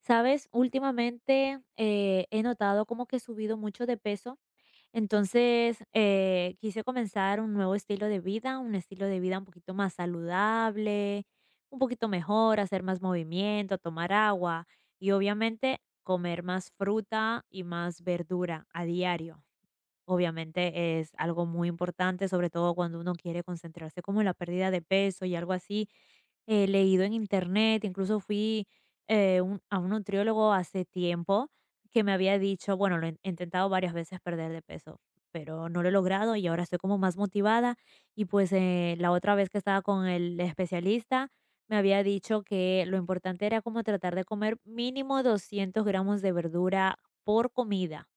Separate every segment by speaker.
Speaker 1: Sabes, últimamente he notado como que he subido mucho de peso, entonces quise comenzar un nuevo estilo de vida, un estilo de vida un poquito más saludable, un poquito mejor, hacer más movimiento, tomar agua y obviamente comer más fruta y más verdura a diario. Obviamente es algo muy importante, sobre todo cuando uno quiere concentrarse como en la pérdida de peso y algo así. He leído en internet, incluso fui a un nutriólogo hace tiempo que me había dicho, bueno, lo he intentado varias veces perder de peso, pero no lo he logrado y ahora estoy como más motivada. Y pues la otra vez que estaba con el especialista, me había dicho que lo importante era como tratar de comer mínimo 200 gramos de verdura por comida.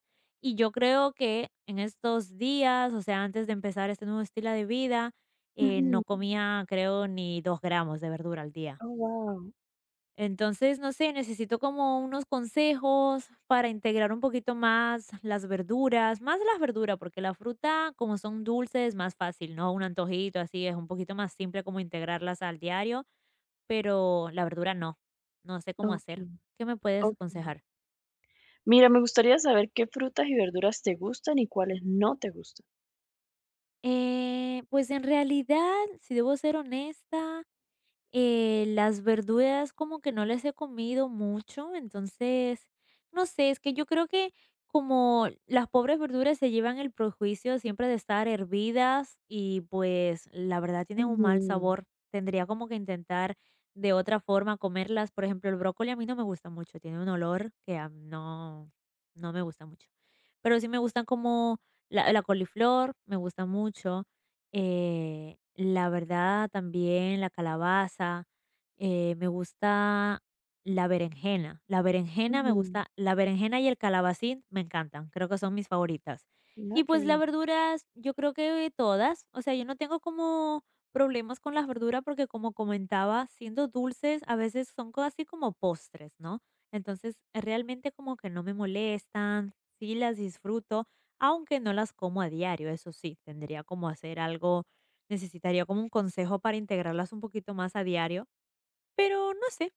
Speaker 1: Y yo creo que en estos días, o sea, antes de empezar este nuevo estilo de vida, no
Speaker 2: Ujú.
Speaker 1: comía, creo, ni 2 gramos de verdura al día.
Speaker 2: Oh, guau.
Speaker 1: Entonces, no sé, necesito como unos consejos para integrar un poquito más las verduras, porque la fruta, como son dulces, es más fácil, ¿no? Un antojito así es un poquito más simple como integrarlas al diario, pero la verdura no, no sé cómo hacer.
Speaker 2: Okey,
Speaker 1: ¿Qué me puedes
Speaker 2: okey.
Speaker 1: aconsejar?
Speaker 2: Mira, me gustaría saber qué frutas y verduras te gustan y cuáles no te gustan.
Speaker 1: Pues en realidad, si debo ser honesta, las verduras como que no las he comido mucho, entonces, no sé, es que yo creo que como las pobres verduras se llevan el prejuicio siempre de estar hervidas y pues la verdad tienen un mal
Speaker 2: Ujú,
Speaker 1: sabor, tendría como que intentar de otra forma comerlas. Por ejemplo, el brócoli a mí no me gusta mucho, tiene un olor no, no me gusta mucho, pero sí me gustan como la coliflor, me gusta mucho la verdad también la calabaza, me gusta la berenjena me
Speaker 2: ujú.
Speaker 1: gusta, la berenjena y el calabacín me encantan, creo que son mis favoritas. Y
Speaker 2: Ay, qué
Speaker 1: pues las
Speaker 2: bien.
Speaker 1: verduras, yo creo que todas, o sea, yo no tengo como problemas con las verduras porque como comentaba, siendo dulces, a veces son casi como postres, ¿no? Entonces, realmente como que no me molestan, sí las disfruto aunque no las como a diario, eso sí, tendría como hacer algo, necesitaría como un consejo para integrarlas un poquito más a diario, pero no sé.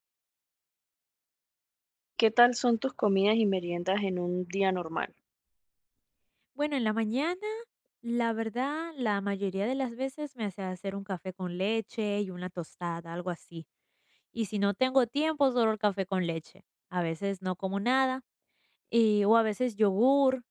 Speaker 2: ¿Qué tal son tus comidas y meriendas en un día normal?
Speaker 1: Bueno, en la mañana, la verdad, la mayoría de las veces me hace hacer un café con leche y una tostada, algo así. Y si no tengo tiempo, solo el café con leche. A veces no como nada, y, o a veces yogur.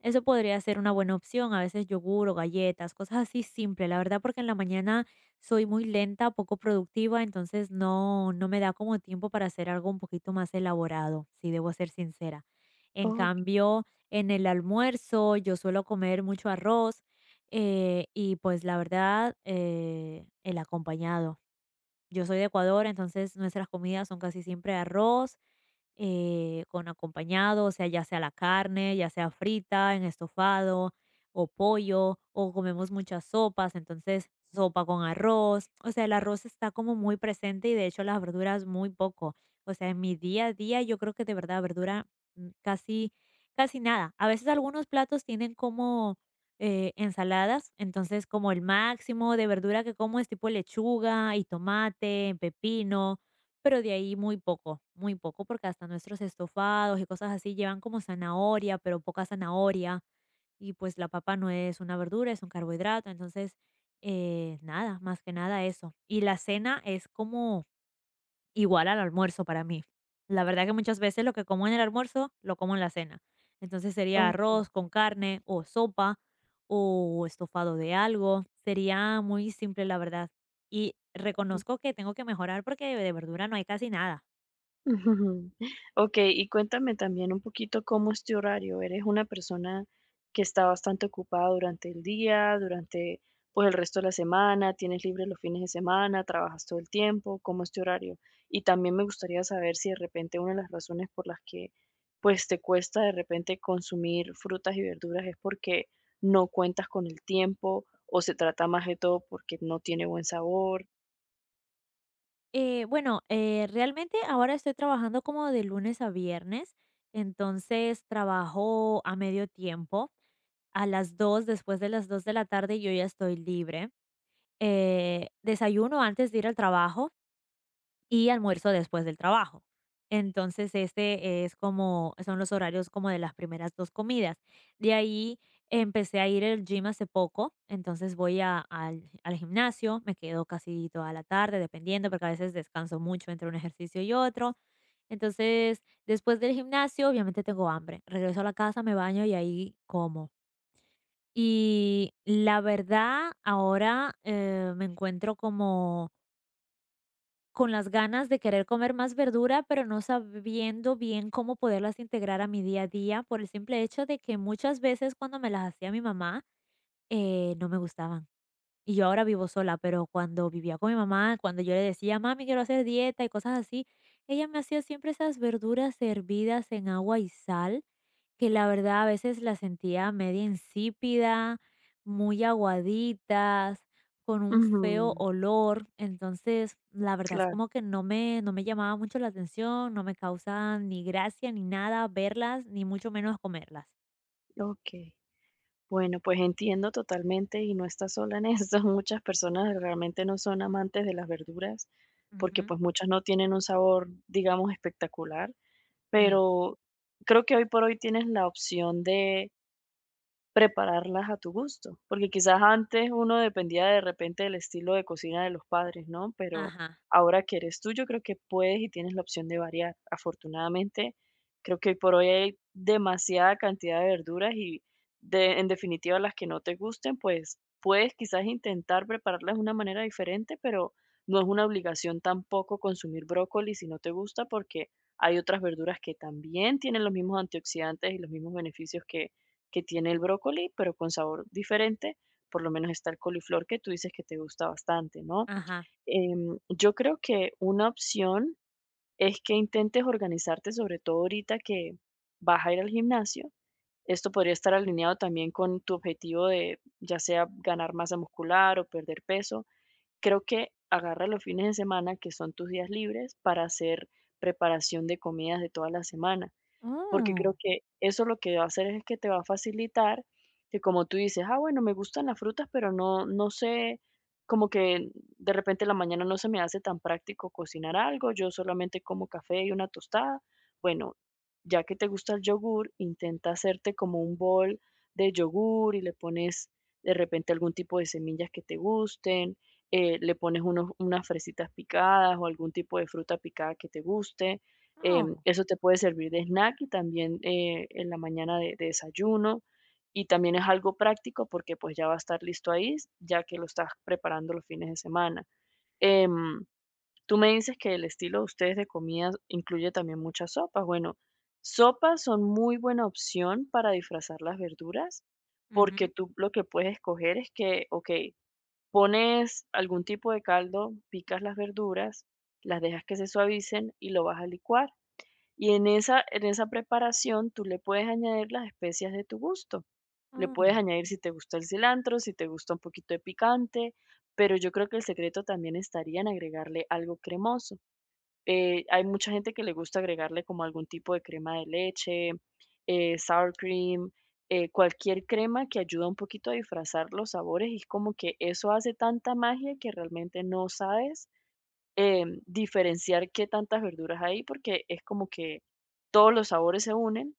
Speaker 1: Eso podría ser una buena opción, a veces yogur o galletas, cosas así simples, la verdad, porque en la mañana soy muy lenta, poco productiva, entonces no, no me da como tiempo para hacer algo un poquito más elaborado, si debo ser sincera. En
Speaker 2: Ok,
Speaker 1: cambio, en el almuerzo yo suelo comer mucho arroz y pues la verdad, el acompañado. Yo soy de Ecuador, entonces nuestras comidas son casi siempre arroz con acompañado, o sea, ya sea la carne, ya sea frita, en estofado o pollo, o comemos muchas sopas, entonces sopa con arroz, o sea, el arroz está como muy presente y de hecho las verduras muy poco, o sea, en mi día a día yo creo que de verdad verdura casi, casi nada. A veces algunos platos tienen como ensaladas, entonces como el máximo de verdura que como es tipo lechuga y tomate, pepino, pero de ahí muy poco, porque hasta nuestros estofados y cosas así llevan como zanahoria, pero poca zanahoria. Y pues la papa no es una verdura, es un carbohidrato. Entonces, nada, más que nada eso. Y la cena es como igual al almuerzo para mí. La verdad que muchas veces lo que como en el almuerzo, lo como en la cena. Entonces sería
Speaker 2: okey.
Speaker 1: arroz con carne o sopa o estofado de algo. Sería muy simple, la verdad. Y reconozco que tengo que mejorar porque de verdura no hay casi nada.
Speaker 2: Ujú. Okey, y cuéntame también un poquito cómo es tu horario. ¿Eres una persona que está bastante ocupada durante el día, durante, pues, el resto de la semana? ¿Tienes libre los fines de semana? ¿Trabajas todo el tiempo? ¿Cómo es tu horario? Y también me gustaría saber si de repente una de las razones por las que, pues, te cuesta de repente consumir frutas y verduras es porque no cuentas con el tiempo, o se trata más de todo porque no tiene buen sabor.
Speaker 1: Bueno, realmente ahora estoy trabajando como de lunes a viernes. Entonces trabajo a medio tiempo. A las dos, después de las 2 de la tarde, yo ya estoy libre. Desayuno antes de ir al trabajo y almuerzo después del trabajo. Entonces, este es como, son los horarios como de las primeras dos comidas. De ahí empecé a ir al gym hace poco, entonces al, al gimnasio, me quedo casi toda la tarde, dependiendo, porque a veces descanso mucho entre un ejercicio y otro. Entonces, después del gimnasio, obviamente tengo hambre. Regreso a la casa, me baño y ahí como. Y la verdad, ahora me encuentro como con las ganas de querer comer más verdura, pero no sabiendo bien cómo poderlas integrar a mi día a día por el simple hecho de que muchas veces cuando me las hacía mi mamá, no me gustaban. Y yo ahora vivo sola, pero cuando vivía con mi mamá, cuando yo le decía, mami, quiero hacer dieta y cosas así, ella me hacía siempre esas verduras hervidas en agua y sal que la verdad a veces la sentía media insípida, muy aguaditas, con un feo
Speaker 2: Ujú,
Speaker 1: olor. Entonces, la verdad es
Speaker 2: claro,
Speaker 1: como que no me, no me llamaba mucho la atención, no me causaba ni gracia ni nada verlas, ni mucho menos comerlas.
Speaker 2: okey. Bueno, pues entiendo totalmente y no estás sola en esto. Muchas personas realmente no son amantes de las verduras porque
Speaker 1: Ujú,
Speaker 2: pues muchas no tienen un sabor, digamos, espectacular,
Speaker 1: mm,
Speaker 2: pero creo que hoy por hoy tienes la opción de prepararlas a tu gusto, porque quizás antes uno dependía de repente del estilo de cocina de los padres, ¿no? Pero
Speaker 1: ajá,
Speaker 2: ahora que eres tú, yo creo que puedes y tienes la opción de variar. Afortunadamente, creo que hoy por hoy hay demasiada cantidad de verduras y de, en definitiva, las que no te gusten, pues puedes quizás intentar prepararlas de una manera diferente, pero no es una obligación tampoco consumir brócoli si no te gusta, porque hay otras verduras que también tienen los mismos antioxidantes y los mismos beneficios que tiene el brócoli, pero con sabor diferente. Por lo menos está el coliflor que tú dices que te gusta bastante, ¿no?
Speaker 1: ajá.
Speaker 2: Yo creo que una opción es que intentes organizarte, sobre todo ahorita que vas a ir al gimnasio. Esto podría estar alineado también con tu objetivo de ya sea ganar masa muscular o perder peso. Creo que agarra los fines de semana, que son tus días libres, para hacer preparación de comidas de toda la semana, porque creo
Speaker 1: Oh,
Speaker 2: que eso lo que va a hacer es que te va a facilitar que, como tú dices: "Ah, bueno, me gustan las frutas, pero no sé, como que de repente en la mañana no se me hace tan práctico cocinar algo, yo solamente como café y una tostada". Bueno, ya que te gusta el yogur, intenta hacerte como un bol de yogur y le pones de repente algún tipo de semillas que te gusten, le pones unos unas fresitas picadas o algún tipo de fruta picada que te guste.
Speaker 1: oh,
Speaker 2: Eso te puede servir de snack y también, en la mañana de desayuno. Y también es algo práctico porque pues ya va a estar listo ahí, ya que lo estás preparando los fines de semana. Em, Tú me dices que el estilo de ustedes de comida incluye también muchas sopas. Bueno, sopas son muy buena opción para disfrazar las verduras, porque
Speaker 1: ujú,
Speaker 2: tú lo que puedes escoger es que, ok, pones algún tipo de caldo, picas las verduras, las dejas que se suavicen y lo vas a licuar. Y en esa preparación tú le puedes añadir las especias de tu gusto. Le puedes
Speaker 1: oh.
Speaker 2: añadir si te gusta el cilantro, si te gusta un poquito de picante, pero yo creo que el secreto también estaría en agregarle algo cremoso. Hay mucha gente que le gusta agregarle como algún tipo de crema de leche, sour cream, cualquier crema que ayuda un poquito a disfrazar los sabores, y es como que eso hace tanta magia que realmente no sabes diferenciar qué tantas verduras hay, porque es como que todos los sabores se unen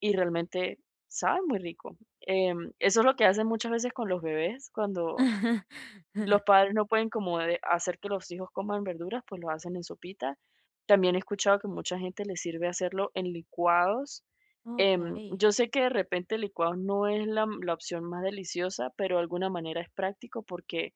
Speaker 2: y realmente saben muy rico. Eso es lo que hacen muchas veces con los bebés, cuando los padres no pueden como hacer que los hijos coman verduras, pues lo hacen en sopita. También he escuchado que mucha gente les sirve hacerlo en licuados.
Speaker 1: Ok.
Speaker 2: Yo sé que de repente licuados no es la opción más deliciosa, pero de alguna manera es práctico porque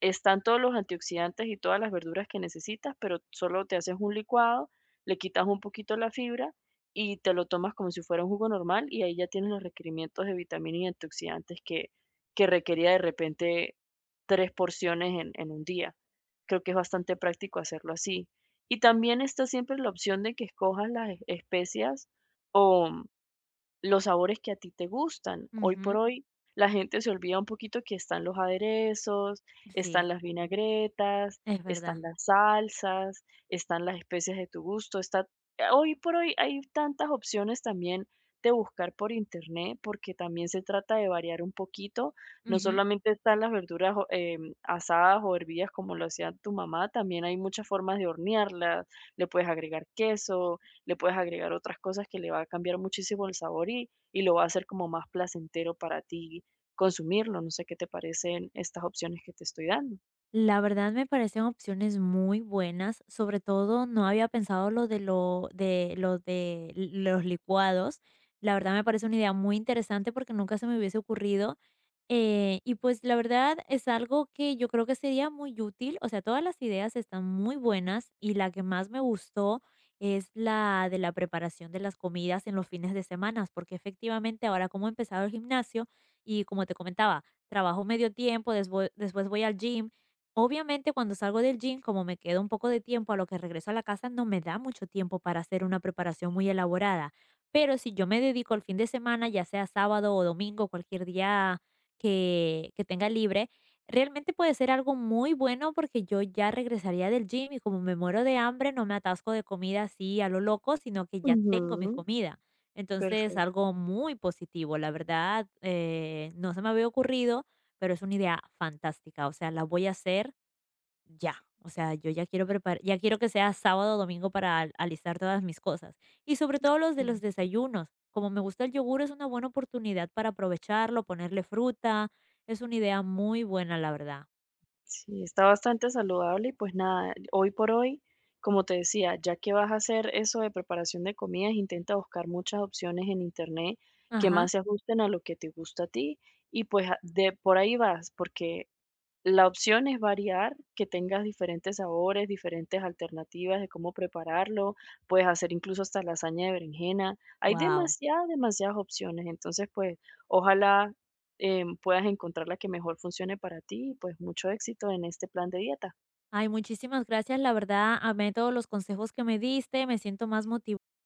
Speaker 2: están todos los antioxidantes y todas las verduras que necesitas, pero solo te haces un licuado, le quitas un poquito la fibra y te lo tomas como si fuera un jugo normal, y ahí ya tienes los requerimientos de vitamina y antioxidantes que requería de repente tres porciones en un día. Creo que es bastante práctico hacerlo así. Y también está siempre la opción de que escojas las especias o los sabores que a ti te gustan. Hoy por
Speaker 1: Ujú,
Speaker 2: hoy la gente se olvida un poquito que están los aderezos,
Speaker 1: sí,
Speaker 2: están las vinagretas,
Speaker 1: es verdad.
Speaker 2: están las salsas, están las especias de tu gusto. Está, hoy por hoy hay tantas opciones también de buscar por internet, porque también se trata de variar un poquito. No
Speaker 1: Ujú.
Speaker 2: solamente están las verduras asadas o hervidas como lo hacía tu mamá, también hay muchas formas de hornearlas. Le puedes agregar queso, le puedes agregar otras cosas que le va a cambiar muchísimo el sabor y lo va a hacer como más placentero para ti consumirlo. No sé qué te parecen estas opciones que te estoy dando.
Speaker 1: La verdad me parecen opciones muy buenas, sobre todo no había pensado lo de los licuados. La verdad me parece una idea muy interesante porque nunca se me hubiese ocurrido y pues la verdad es algo que yo creo que sería muy útil, o sea, todas las ideas están muy buenas y la que más me gustó es la de la preparación de las comidas en los fines de semana, porque efectivamente ahora como he empezado el gimnasio y como te comentaba, trabajo medio tiempo, después, después voy al gym. Obviamente cuando salgo del gym, como me queda un poco de tiempo a lo que regreso a la casa, no me da mucho tiempo para hacer una preparación muy elaborada. Pero si yo me dedico el fin de semana, ya sea sábado o domingo, cualquier día que tenga libre, realmente puede ser algo muy bueno porque yo ya regresaría del gym y como me muero de hambre, no me atasco de comida así a lo loco, sino que ya tengo mi
Speaker 2: Ujú,
Speaker 1: comida. Entonces,
Speaker 2: perfecto.
Speaker 1: algo muy positivo, la verdad, no se me había ocurrido, pero es una idea fantástica, o sea, la voy a hacer ya. O sea, yo ya quiero preparar, ya quiero que sea sábado o domingo para alistar todas mis cosas. Y sobre todo los de los desayunos. Como me gusta el yogur, es una buena oportunidad para aprovecharlo, ponerle fruta. Es una idea muy buena, la verdad.
Speaker 2: Sí, está bastante saludable y pues nada, hoy por hoy, como te decía, ya que vas a hacer eso de preparación de comidas, intenta buscar muchas opciones en internet que más
Speaker 1: Ajá.
Speaker 2: se ajusten a lo que te gusta a ti, y pues de por ahí vas, porque la opción es variar, que tengas diferentes sabores, diferentes alternativas de cómo prepararlo. Puedes hacer incluso hasta lasaña de berenjena. Hay
Speaker 1: Wow.
Speaker 2: demasiadas, demasiadas opciones. Entonces, pues, ojalá puedas encontrar la que mejor funcione para ti, y pues mucho éxito en este plan de dieta.
Speaker 1: Ay, muchísimas gracias. La verdad, amé todos los consejos que me diste. Me siento más motivada.